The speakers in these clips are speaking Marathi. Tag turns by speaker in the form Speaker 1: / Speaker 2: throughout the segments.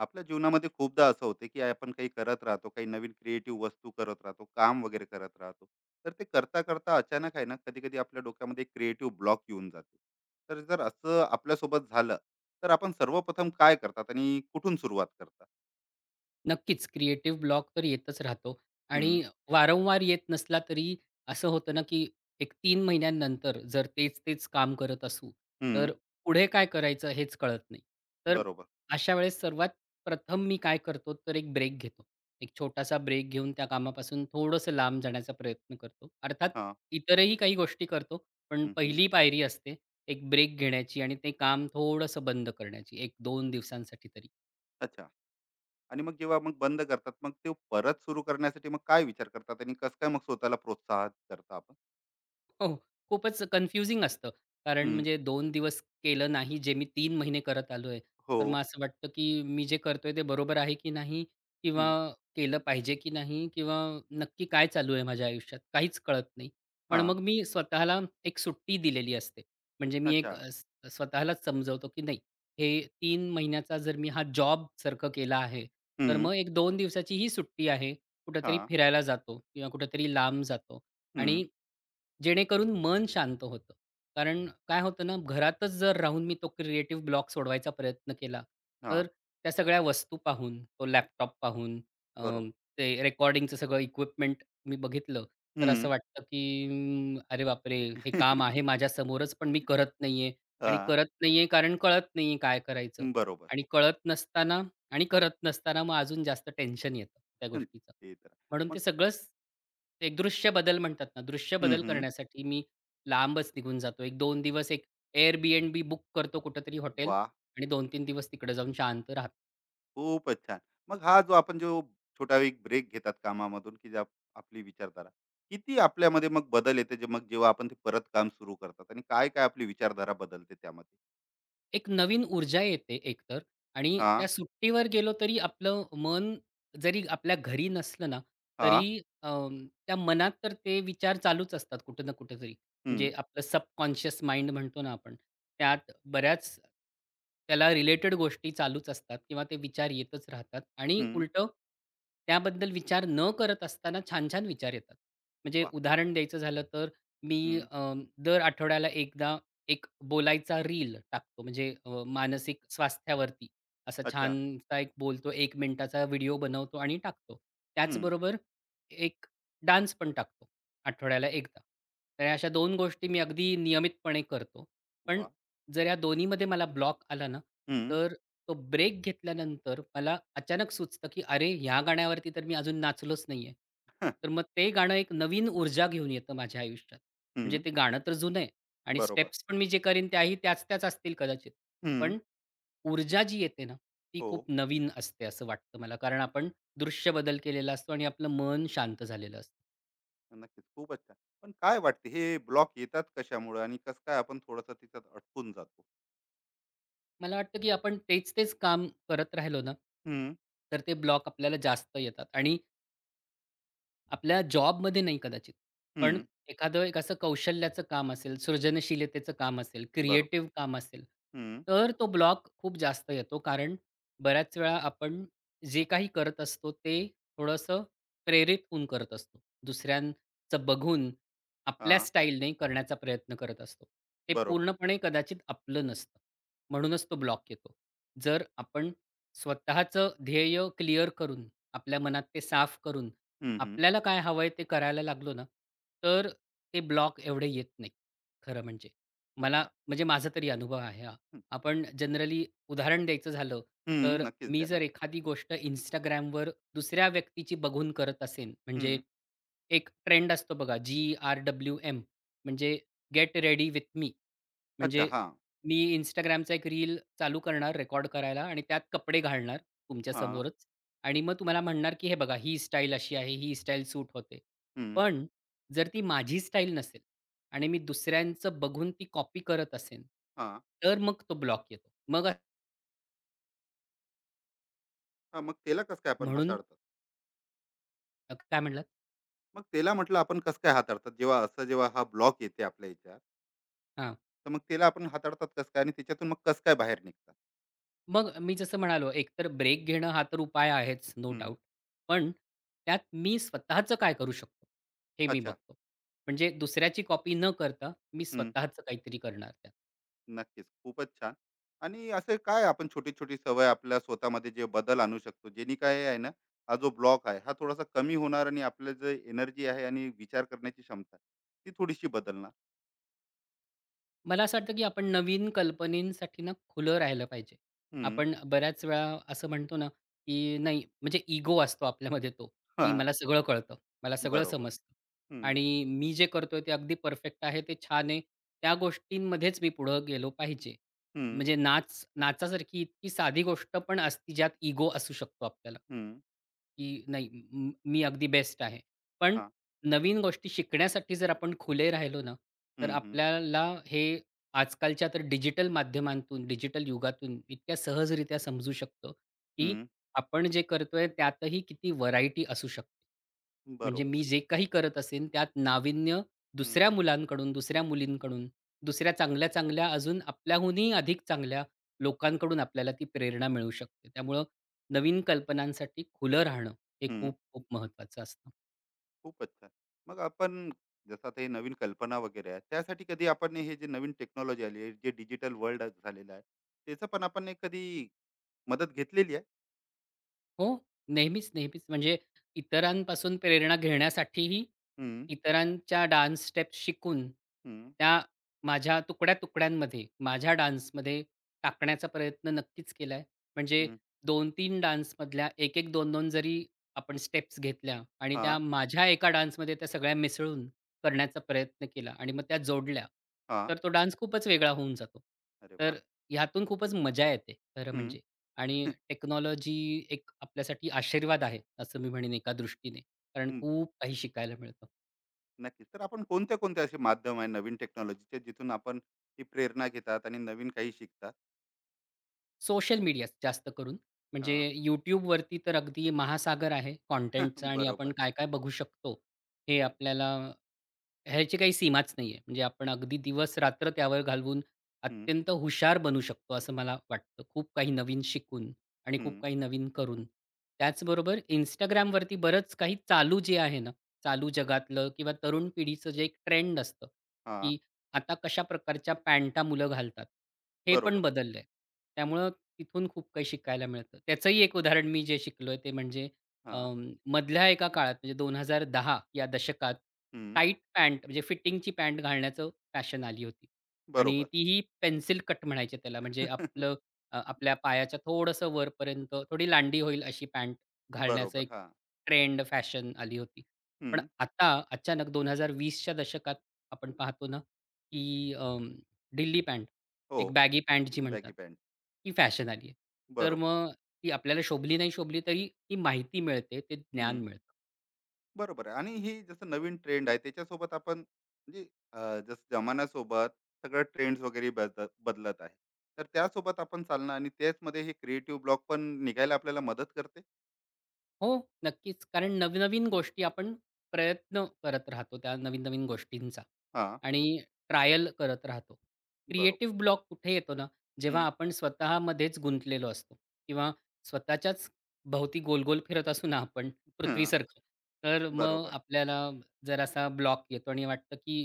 Speaker 1: आपल्या जीवनामध्ये खूपदा असं होते की आपण काही करत राहतो, काही नवीन क्रिएटिव्ह वस्तू करत राहतो, काम वगैरे करत राहतो. तर ते करता करता अचानक आहे ना, कधी कधी आपल्या डोक्यामध्ये क्रिएटिव्ह ब्लॉक येऊन जाते. तर जर असं आपल्यासोबत झालं, तर आपण सर्वप्रथम काय करतात आणि कुठून सुरुवात करतात?
Speaker 2: नक्कीच, क्रिएटिव्ह ब्लॉक तर येतच राहतो आणि
Speaker 1: हम्म,
Speaker 2: वारंवार येत नसला तरी असं होतं ना, की एक 3 महिन्यांनंतर जर तेच-तेच काम करत असू,
Speaker 1: हम्म.
Speaker 2: तर पुढे काय करायचं हेच कळत नाही. तर
Speaker 1: बरोबर.
Speaker 2: अशा वेळेस सर्वात प्रथम मी काय करतो, तर एक ब्रेक घेतो. एक छोटासा ब्रेक घेऊन त्या कामापासून थोडंसं लांब जाण्याचा प्रयत्न करतो. अर्थात
Speaker 1: हा.
Speaker 2: इतरही काही गोष्टी करतो, पण
Speaker 1: हम्म, हम्म.
Speaker 2: पहिली पायरी असते एक ब्रेक घेण्याची आणि ते काम थोडंसं बंद करण्याची 1-2 दिवसांसाठी तरी.
Speaker 1: अच्छा. आणि मग जेव्हा मग बंद करतात, मग ते परत सुरू करण्यासाठी मग काय विचार करतात आणि कसं काय मग स्वतःला प्रोत्साहित करता आपण?
Speaker 2: हो. खूपच कन्फ्युजिंग असतं. कारण
Speaker 1: हम्म,
Speaker 2: म्हणजे 2 दिवस केलं नाही, जे मी 3 महिने करत आलोय.
Speaker 1: हो.
Speaker 2: तर मग असं वाटतं, की मी जे करतोय ते बरोबर आहे की नाही? किंवा
Speaker 1: हम्म,
Speaker 2: केलं पाहिजे की नाही? किंवा नक्की काय चालू आहे माझ्या आयुष्यात? काहीच कळत नाही. पण
Speaker 1: हा.
Speaker 2: मग मी स्वतःला एक सुट्टी दिलेली असते. म्हणजे मी
Speaker 1: अच्छा.
Speaker 2: एक स्वतःलाच समजवतो, की नाही हे 3 महिन्याचा जर मी हा जॉबसारखं केला आहे, तर
Speaker 1: हम्म,
Speaker 2: मग एक दोन दिवसाची ही सुट्टी आहे.
Speaker 1: हा.
Speaker 2: कुठेतरी फिरायला जातो किंवा कुठेतरी लांब जातो
Speaker 1: हम्म.
Speaker 2: आणि जेणेकरून मन शांत होतं. कारण काय होतं ना, घरातच जर राहून मी तो क्रिएटिव्ह ब्लॉक सोडवायचा प्रयत्न केला,
Speaker 1: हां,
Speaker 2: तर त्या सगळ्या वस्तू पाहून, तो लॅपटॉप पाहून, अ,
Speaker 1: बरोबर.
Speaker 2: ते रेकॉर्डिंगचं सगळं इक्विपमेंट मी बघितलं, तर
Speaker 1: हं.
Speaker 2: असं वाटतं की अरे बापरे!
Speaker 1: हां,
Speaker 2: हे काम आहे माझ्यासमोरच, पण मी करत नाहीये आणि करत नाहीये कारण कळत नाहीये काय करायचं
Speaker 1: बरोबर.
Speaker 2: आणि कळत नसताना आणि करत नसताना मग अजून जास्त टेन्शन येतं त्या
Speaker 1: हं,
Speaker 2: गोष्टीचं.
Speaker 1: ते तर आहे.
Speaker 2: म्हणून
Speaker 1: मग
Speaker 2: ते सगळंच एक दृश्य बदल म्हणतात ना, दृश्य
Speaker 1: हं,
Speaker 2: बदल
Speaker 1: हं.
Speaker 2: करण्यासाठी मी लांबच निघून जातो. 1-2 दिवस एक Airbnb बुक करतो कुठेतरी हॉटेल
Speaker 1: वाह!
Speaker 2: आणि दोन 3 दिवस तिकडे जाऊन शांत राहतो.
Speaker 1: खूपच छान. मग हा जो आपण जो छोटा एक ब्रेक घेतात कामामधून, की ज्या आपली विचारधारा किती आपल्यामध्ये मग बदल येते, जे मग जेव्हा आपण ते परत काम सुरू करतात आणि काय-काय आपली विचारधारा बदलते त्यामध्ये?
Speaker 2: एक नवीन ऊर्जा येते एकतर आणि
Speaker 1: हां,
Speaker 2: त्या सुट्टीवर गेलो तरी आपलं मन जरी आपल्या घरी नसलं ना, तरी
Speaker 1: हां.
Speaker 2: त्या मनात तर ते विचार चालूच असतात कुठं ना कुठेतरी.
Speaker 1: हं,
Speaker 2: म्हणजे आपलं सबकॉन्शियस माइंड म्हणतो ना आपण, त्यात बऱ्याच त्याला रिलेटेड गोष्टी चालूच असतात किंवा ते विचार येतच राहतात आणि
Speaker 1: हं.
Speaker 2: उलटं त्याबद्दल विचार न करत असताना छान-छान विचार येतात. म्हणजे
Speaker 1: वाह!
Speaker 2: उदाहरण द्यायचं झालं तर मी
Speaker 1: हं.
Speaker 2: दर आठवड्याला एकदा एक बोलायचा रील टाकतो म्हणजे मानसिक स्वास्थ्यावरती असा
Speaker 1: अच्छा.
Speaker 2: छानसा एक बोलतो 1 मिनिटाचा व्हिडिओ बनवतो आणि टाकतो.
Speaker 1: हं.
Speaker 2: त्याचबरोबर एक डान्स पण टाकतो आठवड्याला एकदा. तर अशा दोन गोष्टी मी अगदी नियमितपणे करतो. पण
Speaker 1: वाह!
Speaker 2: जर या दोन्हीमध्ये मला ब्लॉक आला ना,
Speaker 1: हं.
Speaker 2: तर तो ब्रेक घेतल्यानंतर मला अचानक सुचतं, की "अरे, ह्या गाण्यावरती तर मी अजून नाचलोच नाहीये."
Speaker 1: हं.
Speaker 2: तर मग ते गाणं एक नवीन ऊर्जा घेऊन येतं माझ्या आयुष्यात. म्हणजे ते गाणं तर जुनं आहे. आणि
Speaker 1: बरोबर.
Speaker 2: स्टेप्स पण मी जे करीन त्याही त्याच-त्याच असतील कदाचित.
Speaker 1: हं.
Speaker 2: पण ऊर्जा जी येते ना, ती
Speaker 1: हो.
Speaker 2: खूप नवीन असते असं वाटतं मला. कारण आपण दृश्य बदल केलेला असतो आणि आपलं मन शांत झालेलं असतं.
Speaker 1: नक्कीच. खूपच छान. पण काय वाटते, हे ब्लॉक येतात कशामुळे आणि कसं काय आपण थोडंसं तिच्यात अटकून जातो?
Speaker 2: मला वाटतं की आपण तेच-तेच काम करत राहिलो ना,
Speaker 1: हं,
Speaker 2: तर ते ब्लॉक आपल्याला जास्त येतात आणि आपल्या जॉबमध्ये नाही कदाचित. पण
Speaker 1: हं.
Speaker 2: एखादं एक असं कौशल्याचं काम असेल, सृजनशीलतेचं काम असेल,
Speaker 1: बरोबर.
Speaker 2: क्रिएटिव्ह काम असेल,
Speaker 1: हं.
Speaker 2: तर तो ब्लॉक खूप जास्त येतो. कारण बऱ्याच वेळा आपण जे काही करत असतो ते थोडंसं प्रेरित होऊन करत असतो. दुसऱ्यांचं बघून आपल्या
Speaker 1: हां.
Speaker 2: स्टाईलने करण्याचा प्रयत्न करत असतो. ते
Speaker 1: बरोबर.
Speaker 2: पूर्णपणे कदाचित आपलं नसतं. म्हणूनच तो ब्लॉक येतो. जर आपण स्वतःचं ध्येय क्लिअर करून, आपल्या मनात ते साफ करून
Speaker 1: हं, हं.
Speaker 2: आपल्याला काय हवंय ते करायला लागलो ना, तर ते ब्लॉक एवढे येत नाहीत, खरं म्हणजे. मला
Speaker 1: अच्छा.
Speaker 2: म्हणजे माझा तरी अनुभव आहे हा.
Speaker 1: हं,
Speaker 2: आपण जनरली उदाहरण द्यायचं झालं,
Speaker 1: हं.
Speaker 2: तर
Speaker 1: नक्कीच
Speaker 2: मी
Speaker 1: द्या ना.
Speaker 2: जर एखादी गोष्ट Instagramवर दुसऱ्या व्यक्तीची बघून करत असेन, म्हणजे
Speaker 1: हं.
Speaker 2: एक ट्रेंड असतो बघा जी-आर-डब्ल्यू-एम म्हणजे गेट रेडी विथ मी.
Speaker 1: अच्छा.
Speaker 2: म्हणजे
Speaker 1: हां.
Speaker 2: मी Instagramचा एक रील चालू करणार रेकॉर्ड करायला आणि त्यात कपडे घालणार
Speaker 1: हां.
Speaker 2: तुमच्यासमोरच आणि मग तुम्हाला म्हणणार, की "हे बघा ही स्टाईल अशी आहे, ही स्टाईल सूट होते."
Speaker 1: हं.
Speaker 2: पण जर ती माझी स्टाईल नसेल आणि मी दुसऱ्यांचं बघून ती कॉपी करत असेन,
Speaker 1: हां.
Speaker 2: तर मग तो ब्लॉक येतो.
Speaker 1: हां. मग त्याला कसं काय आपण
Speaker 2: म्हणून
Speaker 1: हाताळतात?
Speaker 2: काय म्हणालात?
Speaker 1: मग त्याला म्हटलं आपण कसं काय हाताळतात? जेव्हा असं जेव्हा हा ब्लॉक येते आपल्या ह्याच्यात,
Speaker 2: हां.
Speaker 1: तर मग त्याला आपण हाताळतात कसं काय आणि त्याच्यातून मग कसं काय बाहेर निघतात?
Speaker 2: मग मी जसं म्हणालो एकतर ब्रेक घेणं हा तर उपाय आहेच नो
Speaker 1: हं.
Speaker 2: डाउट. पण त्यात मी स्वतःचं काय करू शकतो, हे मी
Speaker 1: अच्छा.
Speaker 2: बघतो. म्हणजे दुसऱ्याची कॉपी न करता मी स्वतःचं काहीतरी करणार.
Speaker 1: नक्कीच. खूपच छान. आणि असे काय आपण छोटी-छोटी सवय आपल्या स्वतःमध्ये जे बदल आणू शकतो, जेणे काय आहे ना, हा जो ब्लॉक आहे, हा थोडासा कमी होणार आणि आपलं जे एनर्जी आहे आणि विचार करण्याची क्षमता, ती थोडीशी बदलणार.
Speaker 2: मला असं वाटतं की आपण नवीन कल्पनेसाठी ना खुलं राहिलं पाहिजे.
Speaker 1: हं.
Speaker 2: आपण बऱ्याच वेळा असं म्हणतो ना, की नाही म्हणजे इगो असतो आपल्यामध्ये तो, की
Speaker 1: हां.
Speaker 2: मला सगळं कळतं, मला सगळं
Speaker 1: बरोबर.
Speaker 2: समजतं
Speaker 1: हं,
Speaker 2: आणि मी जे करतोय ते अगदी परफेक्ट आहे, ते छान आहे. त्या गोष्टींमध्येच मी पुढं गेलो पाहिजे.
Speaker 1: हं,
Speaker 2: म्हणजे नाच नाचासारखी इतकी साधी गोष्ट पण असती ज्यात इगो असू शकतो आपल्याला,
Speaker 1: हं.
Speaker 2: की नाही मी अगदी बेस्ट आहे. पण
Speaker 1: हां.
Speaker 2: नवीन गोष्टी शिकण्यासाठी जर आपण खुले राहिलो ना, तर
Speaker 1: हं, हं,
Speaker 2: आपल्याला हे आजकालच्या तर डिजिटल माध्यमांतून, डिजिटल युगातून इतक्या सहजरित्या समजू शकतो, की
Speaker 1: हं.
Speaker 2: आपण जे करतोय त्यातही किती व्हरायटी असू शकते. म्हणजे
Speaker 1: बरोबर.
Speaker 2: मी जे काही करत असेन त्यात नाविन्य
Speaker 1: हं,
Speaker 2: दुसऱ्या मुलांकडून, दुसऱ्या मुलींकडून, दुसऱ्या चांगल्या-चांगल्या अजून आपल्याहूनही अधिक चांगल्या लोकांकडून आपल्याला ती प्रेरणा मिळू शकते. त्यामुळं नवीन कल्पनांसाठी खुलं राहणं हे
Speaker 1: हं.
Speaker 2: खूप खूप महत्त्वाचं असतं.
Speaker 1: खूपच छान. मग आपण जसं आता हे नवीन कल्पना वगैरे आहे, त्यासाठी कधी आपण हे जे नवीन टेक्नॉलॉजी आली आहे, जे डिजिटल वर्ल्ड झालेलं आहे, त्याचं पण आपण एक कधी मदत घेतलेली आहे?
Speaker 2: हो. नेहमीच, नेहमीच. म्हणजे इतरांपासून प्रेरणा घेण्यासाठीही
Speaker 1: हं,
Speaker 2: इतरांच्या डान्स स्टेप्स शिकून,
Speaker 1: हं,
Speaker 2: त्या माझ्या तुकड्या-तुकड्यांमध्ये, माझ्या डान्समध्ये टाकण्याचा प्रयत्न नक्कीच केलाय. म्हणजे
Speaker 1: हं.
Speaker 2: 2-3 डान्समधल्या 1-1, 2-2 जरी आपण स्टेप्स घेतल्या आणि त्या
Speaker 1: हां,
Speaker 2: माझ्या एका डान्समध्ये त्या सगळ्या मिसळून करण्याचा प्रयत्न केला आणि मग त्या जोडल्या,
Speaker 1: हां.
Speaker 2: तर तो डान्स खूपच वेगळा होऊन जातो.
Speaker 1: अरे
Speaker 2: तर
Speaker 1: वाह!
Speaker 2: ह्यातून खूपच मजा येते खरं
Speaker 1: हं,
Speaker 2: म्हणजे. आणि टेक्नॉलॉजी एक आपल्यासाठी आशीर्वाद आहे, असं मी म्हणेन एका दृष्टीने. कारण
Speaker 1: हं.
Speaker 2: खूप काही शिकायला मिळतं.
Speaker 1: नक्कीच. तर आपण कोणते-कोणते असे माध्यम आहे नवीन टेक्नॉलॉजीचे, जिथून आपण ही प्रेरणा घेतात आणि नवीन काही शिकतात?
Speaker 2: सोशल मीडिया जास्त करून. म्हणजे
Speaker 1: हां.
Speaker 2: YouTubeवरती तर अगदी महासागर आहे कॉन्टेंटचा आणि आपण
Speaker 1: बरोबर.
Speaker 2: काय-काय बघू शकतो, हे आपल्याला ह्याची काही सीमाच नाहीये. म्हणजे आपण अगदी दिवस-रात्र त्यावर घालवून
Speaker 1: हं,
Speaker 2: अत्यंत हुशार बनू शकतो, असं मला वाटतं. खूप काही नवीन शिकून आणि
Speaker 1: हं.
Speaker 2: खूप काही नवीन करून. त्याचबरोबर Instagramवरती बरंच काही चालू जे आहे ना, चालू जगातलं किंवा तरुण पिढीचं जे एक ट्रेंड असतं,
Speaker 1: हां.
Speaker 2: की आता कशा प्रकारच्या पॅन्टा मुलं घालतात, हे पण
Speaker 1: बरोबर.
Speaker 2: बदललंय. त्यामुळं तिथून खूप काही शिकायला मिळतं. त्याचंही एक उदाहरण मी जे शिकलोय ते म्हणजे
Speaker 1: हां.
Speaker 2: मधल्या एका काळात म्हणजे 2010 या दशकात
Speaker 1: हं.
Speaker 2: टाईट पॅन्ट म्हणजे फिटिंगची पॅन्ट घालण्याचं फॅशन आली होती आणि
Speaker 1: बरोबर.
Speaker 2: तीही पेन्सिल कट म्हणायचे त्याला म्हणजे आपलं आपल्या पायाच्या थोडंसं वरपर्यंत थोडी लांडी होईल अशी पॅन्ट घालण्याचं
Speaker 1: बरोबर.
Speaker 2: एक
Speaker 1: हां.
Speaker 2: ट्रेंड फॅशन आली होती. पण
Speaker 1: हं.
Speaker 2: आता अचानक 2020च्या दशकात आपण पाहतो ना, की ढिल्ली पॅन्ट,
Speaker 1: हो.
Speaker 2: एक बॅगी पॅन्ट जी
Speaker 1: बॅगी
Speaker 2: म्हणतात,
Speaker 1: पॅन्ट.
Speaker 2: ती फॅशन आली आहे. तर
Speaker 1: बरोबर.
Speaker 2: मग ती आपल्याला शोभली नाही शोभली तरी ती माहिती मिळते, ते ज्ञान मिळतं.
Speaker 1: बरोबर आहे. आणि ही जसं नवीन ट्रेंड आहे, त्याच्यासोबत आपण म्हणजे अ, जसं जमान्यासोबत सगळं ट्रेंड्स वगैरे बदलत आहे, तर त्यासोबत आपण चालणं आणि त्याचमध्ये हे क्रिएटिव्ह ब्लॉक पण निघायला आपल्याला मदत करते.
Speaker 2: हो, नक्कीच. कारण नवीन गोष्टी आपण प्रयत्न करत राहतो त्या नवीन-नवीन गोष्टींचा
Speaker 1: हा.
Speaker 2: आणि ट्रायल करत राहतो.
Speaker 1: बरोबर.
Speaker 2: क्रिएटिव्ह ब्लॉक कुठे येतो ना, जेव्हा
Speaker 1: हम्म,
Speaker 2: आपण स्वतःमध्येच गुंतलेलो असतो किंवा स्वतःच्याच भोवती गोल-गोल फिरत असू ना आपण
Speaker 1: हा,
Speaker 2: पृथ्वीसारखं, तर मग
Speaker 1: बरोबर.
Speaker 2: आपल्याला जरासा ब्लॉक येतो आणि वाटतं की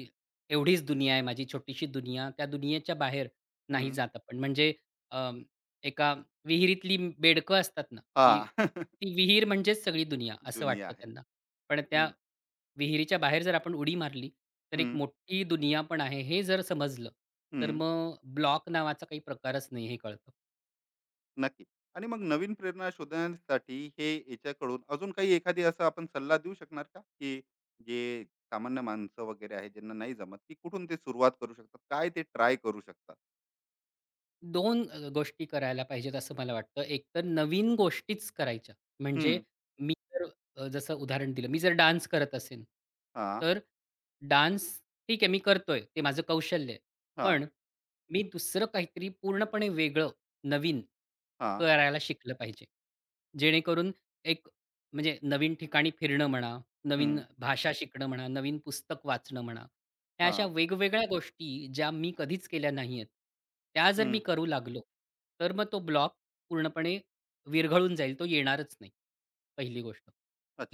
Speaker 2: एवढीच दुनिया आहे माझी छोटीशी दुनिया. त्या दुनियेच्या बाहेर नाही
Speaker 1: हम्म,
Speaker 2: जात आपण. म्हणजे अ, एका विहिरीतली बेडकं असतात ना, की
Speaker 1: हा.
Speaker 2: ती विहीर म्हणजेच सगळी दुनिया असं
Speaker 1: दुनिया
Speaker 2: वाटतं
Speaker 1: आहे.
Speaker 2: त्यांना. पण त्या
Speaker 1: हम्म,
Speaker 2: विहिरीच्या बाहेर जर आपण उडी मारली, तर एक
Speaker 1: हम्म,
Speaker 2: मोठी दुनिया पण आहे हे जर समजलं, तर
Speaker 1: हम्म.
Speaker 2: मग ब्लॉक नावाचा काही प्रकारच नाही हे कळतं.
Speaker 1: नक्की. आणि मग नवीन प्रेरणा शोधण्यासाठी हे याच्याकडून अजून काही एखादी असा आपण सल्ला देऊ शकणार का? की जे सामान्य माणसं वगैरे आहेत, ज्यांना नाही जमत, की कुठून ते सुरुवात करू शकतात? काय ते ट्राय करू शकतात?
Speaker 2: दोन गोष्टी करायला पाहिजेत असं मला वाटतं. एक तर नवीन गोष्टीच करायच्या. म्हणजे
Speaker 1: हं.
Speaker 2: मी जर जसं उदाहरण दिलं, मी जर डान्स करत असेन,
Speaker 1: हां,
Speaker 2: तर डान्स ठीक आहे मी करतोय, ते माझं कौशल्य आहे.
Speaker 1: हां,
Speaker 2: पण मी दुसरं काहीतरी पूर्णपणे वेगळं, नवीन
Speaker 1: हां.
Speaker 2: करायला शिकलं पाहिजे. जेणेकरून एक म्हणजे नवीन ठिकाणी फिरणं म्हणा, नवीन
Speaker 1: हं.
Speaker 2: भाषा शिकणं म्हणा, नवीन पुस्तक वाचणं म्हणा, ह्या अशा
Speaker 1: हां.
Speaker 2: वेगवेगळ्या गोष्टी ज्या मी कधीच केल्या नाहीयेत, त्या जर मी
Speaker 1: हं.
Speaker 2: करू लागलो, तर मग तो ब्लॉक पूर्णपणे विरघळून जाईल. तो येणारच नाही, पहिली गोष्ट.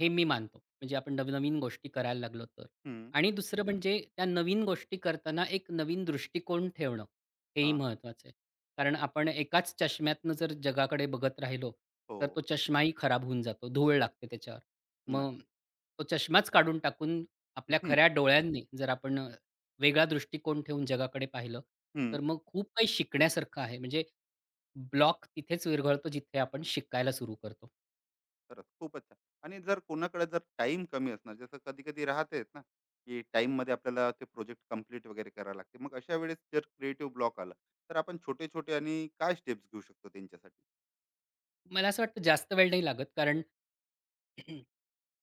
Speaker 2: हे मी मानतो. म्हणजे आपण नवनवीन गोष्टी करायला लागलो तर.
Speaker 1: हं.
Speaker 2: आणि दुसरं म्हणजे त्या नवीन गोष्टी करताना एक नवीन दृष्टिकोन ठेवणं, हेही
Speaker 1: हां.
Speaker 2: महत्त्वाचं आहे. कारण आपण एकाच चष्म्यातनं जर जगाकडे बघत राहिलो,
Speaker 1: हो.
Speaker 2: तर तो चष्माही खराब होऊन जातो. धूळ लागते त्याच्यावर. मग
Speaker 1: नक्की.
Speaker 2: तो चष्माच काढून टाकून आपल्या
Speaker 1: हं.
Speaker 2: खऱ्या डोळ्यांनी जर आपण वेगळा दृष्टिकोन ठेवून जगाकडे पाहिलं,
Speaker 1: हं.
Speaker 2: तर मग खूप काही शिकण्यासारखं आहे. म्हणजे ब्लॉक तिथेच विरघळतो जिथे आपण शिकायला सुरू करतो.
Speaker 1: खरंच खूपच छान. आणि जर कोणाकडे जर टाइम कमी असणार, जसं कधी कधी राहतेच ना, की टाइम मध्ये आपल्याला ते प्रोजेक्ट कम्प्लीट वगैरे करायला लागते, मग अशा वेळेस जर क्रिएटिव्ह ब्लॉक आला, तर आपण छोटे छोटे आणि काय स्टेप्स घेऊ शकतो त्यांच्यासाठी?
Speaker 2: मला असं वाटतं जास्त वेळ नाही लागत कारण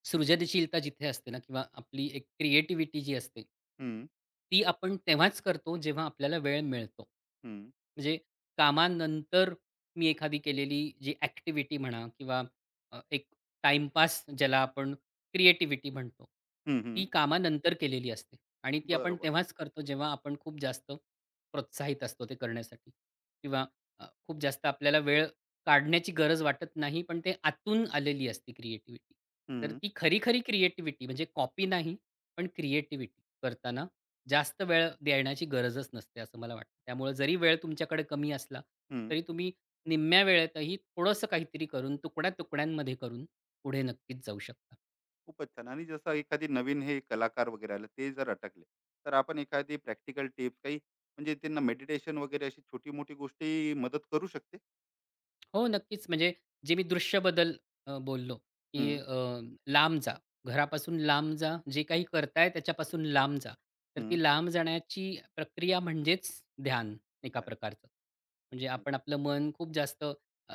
Speaker 2: सृजनशीलता जिथे असते ना किंवा आपली एक क्रिएटिव्हिटी जी असते,
Speaker 1: हम्म.
Speaker 2: ती आपण तेव्हाच करतो जेव्हा आपल्याला वेळ मिळतो.
Speaker 1: हम्म.
Speaker 2: म्हणजे कामानंतर मी एखादी केलेली जी ॲक्टिव्हिटी म्हणा किंवा एक टाईमपास ज्याला आपण क्रिएटिव्हिटी म्हणतो,
Speaker 1: हम्म. हम्म.
Speaker 2: ती कामानंतर केलेली असते आणि ती आपण
Speaker 1: बरोबर.
Speaker 2: तेव्हाच करतो जेव्हा आपण खूप जास्त प्रोत्साहित असतो ते करण्यासाठी किंवा खूप जास्त आपल्याला वेळ काढण्याची गरज वाटत नाही, पण ते आतून आलेली असते क्रिएटिव्हिटी. तर
Speaker 1: हम्म.
Speaker 2: ती खरी-खरी क्रिएटिव्हिटी म्हणजे कॉपी नाही, पण क्रिएटिव्हिटी करताना जास्त वेळ देण्याची गरजच नसते, असं मला वाटतं. त्यामुळे जरी वेळ तुमच्याकडे कमी असला,
Speaker 1: हम्म.
Speaker 2: तरी तुम्ही निम्म्या वेळेतही थोडंसं काहीतरी करून, तुकड्या-तुकड्यांमध्ये करून पुढे नक्कीच जाऊ शकता.
Speaker 1: खूपच छान. आणि जसं एखादी नवीन हे कलाकार वगैरे आले, ते जर अटकले, तर आपण एखादी प्रॅक्टिकल टिप्स काही म्हणजे त्यांना मेडिटेशन वगैरे अशी छोटी मोठी गोष्टी मदत करू शकते?
Speaker 2: हो, नक्कीच. म्हणजे जे मी दृश्य बदल बोललो, की
Speaker 1: हम्म.
Speaker 2: लांब जा, घरापासून लांब जा, जे काही करताय त्याच्यापासून लांब जा. तर
Speaker 1: हम्म.
Speaker 2: ती लांब जाण्याची प्रक्रिया म्हणजेच ध्यान एका
Speaker 1: ध्यान.
Speaker 2: प्रकारचं. म्हणजे
Speaker 1: नाही.
Speaker 2: आपण आपलं मन खूप जास्त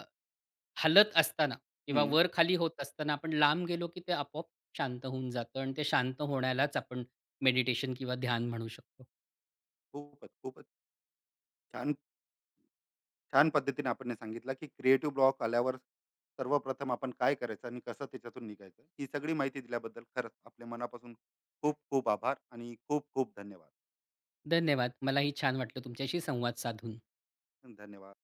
Speaker 2: हलत असताना किंवा
Speaker 1: हम्म.
Speaker 2: वर-खाली होत असताना आपण लांब गेलो, की ते आपोआप शांत होऊन जातं आणि ते शांत होण्यालाच आपण मेडिटेशन किंवा ध्यान म्हणू शकतो.
Speaker 1: खूपच खूपच छान. छान पद्धतीने आपण हे सांगितलं, की क्रिएटिव्ह ब्लॉक आल्यावर सर्वप्रथम आपण काय करायचं आणि कसं त्याच्यातून निघायचं, ही सगळी माहिती दिल्याबद्दल खरंच आपल्या मनापासून खूप खूप आभार आणि खूप खूप धन्यवाद.
Speaker 2: धन्यवाद. मलाही छान वाटलं तुमच्याशी संवाद साधून.
Speaker 1: धन्यवाद.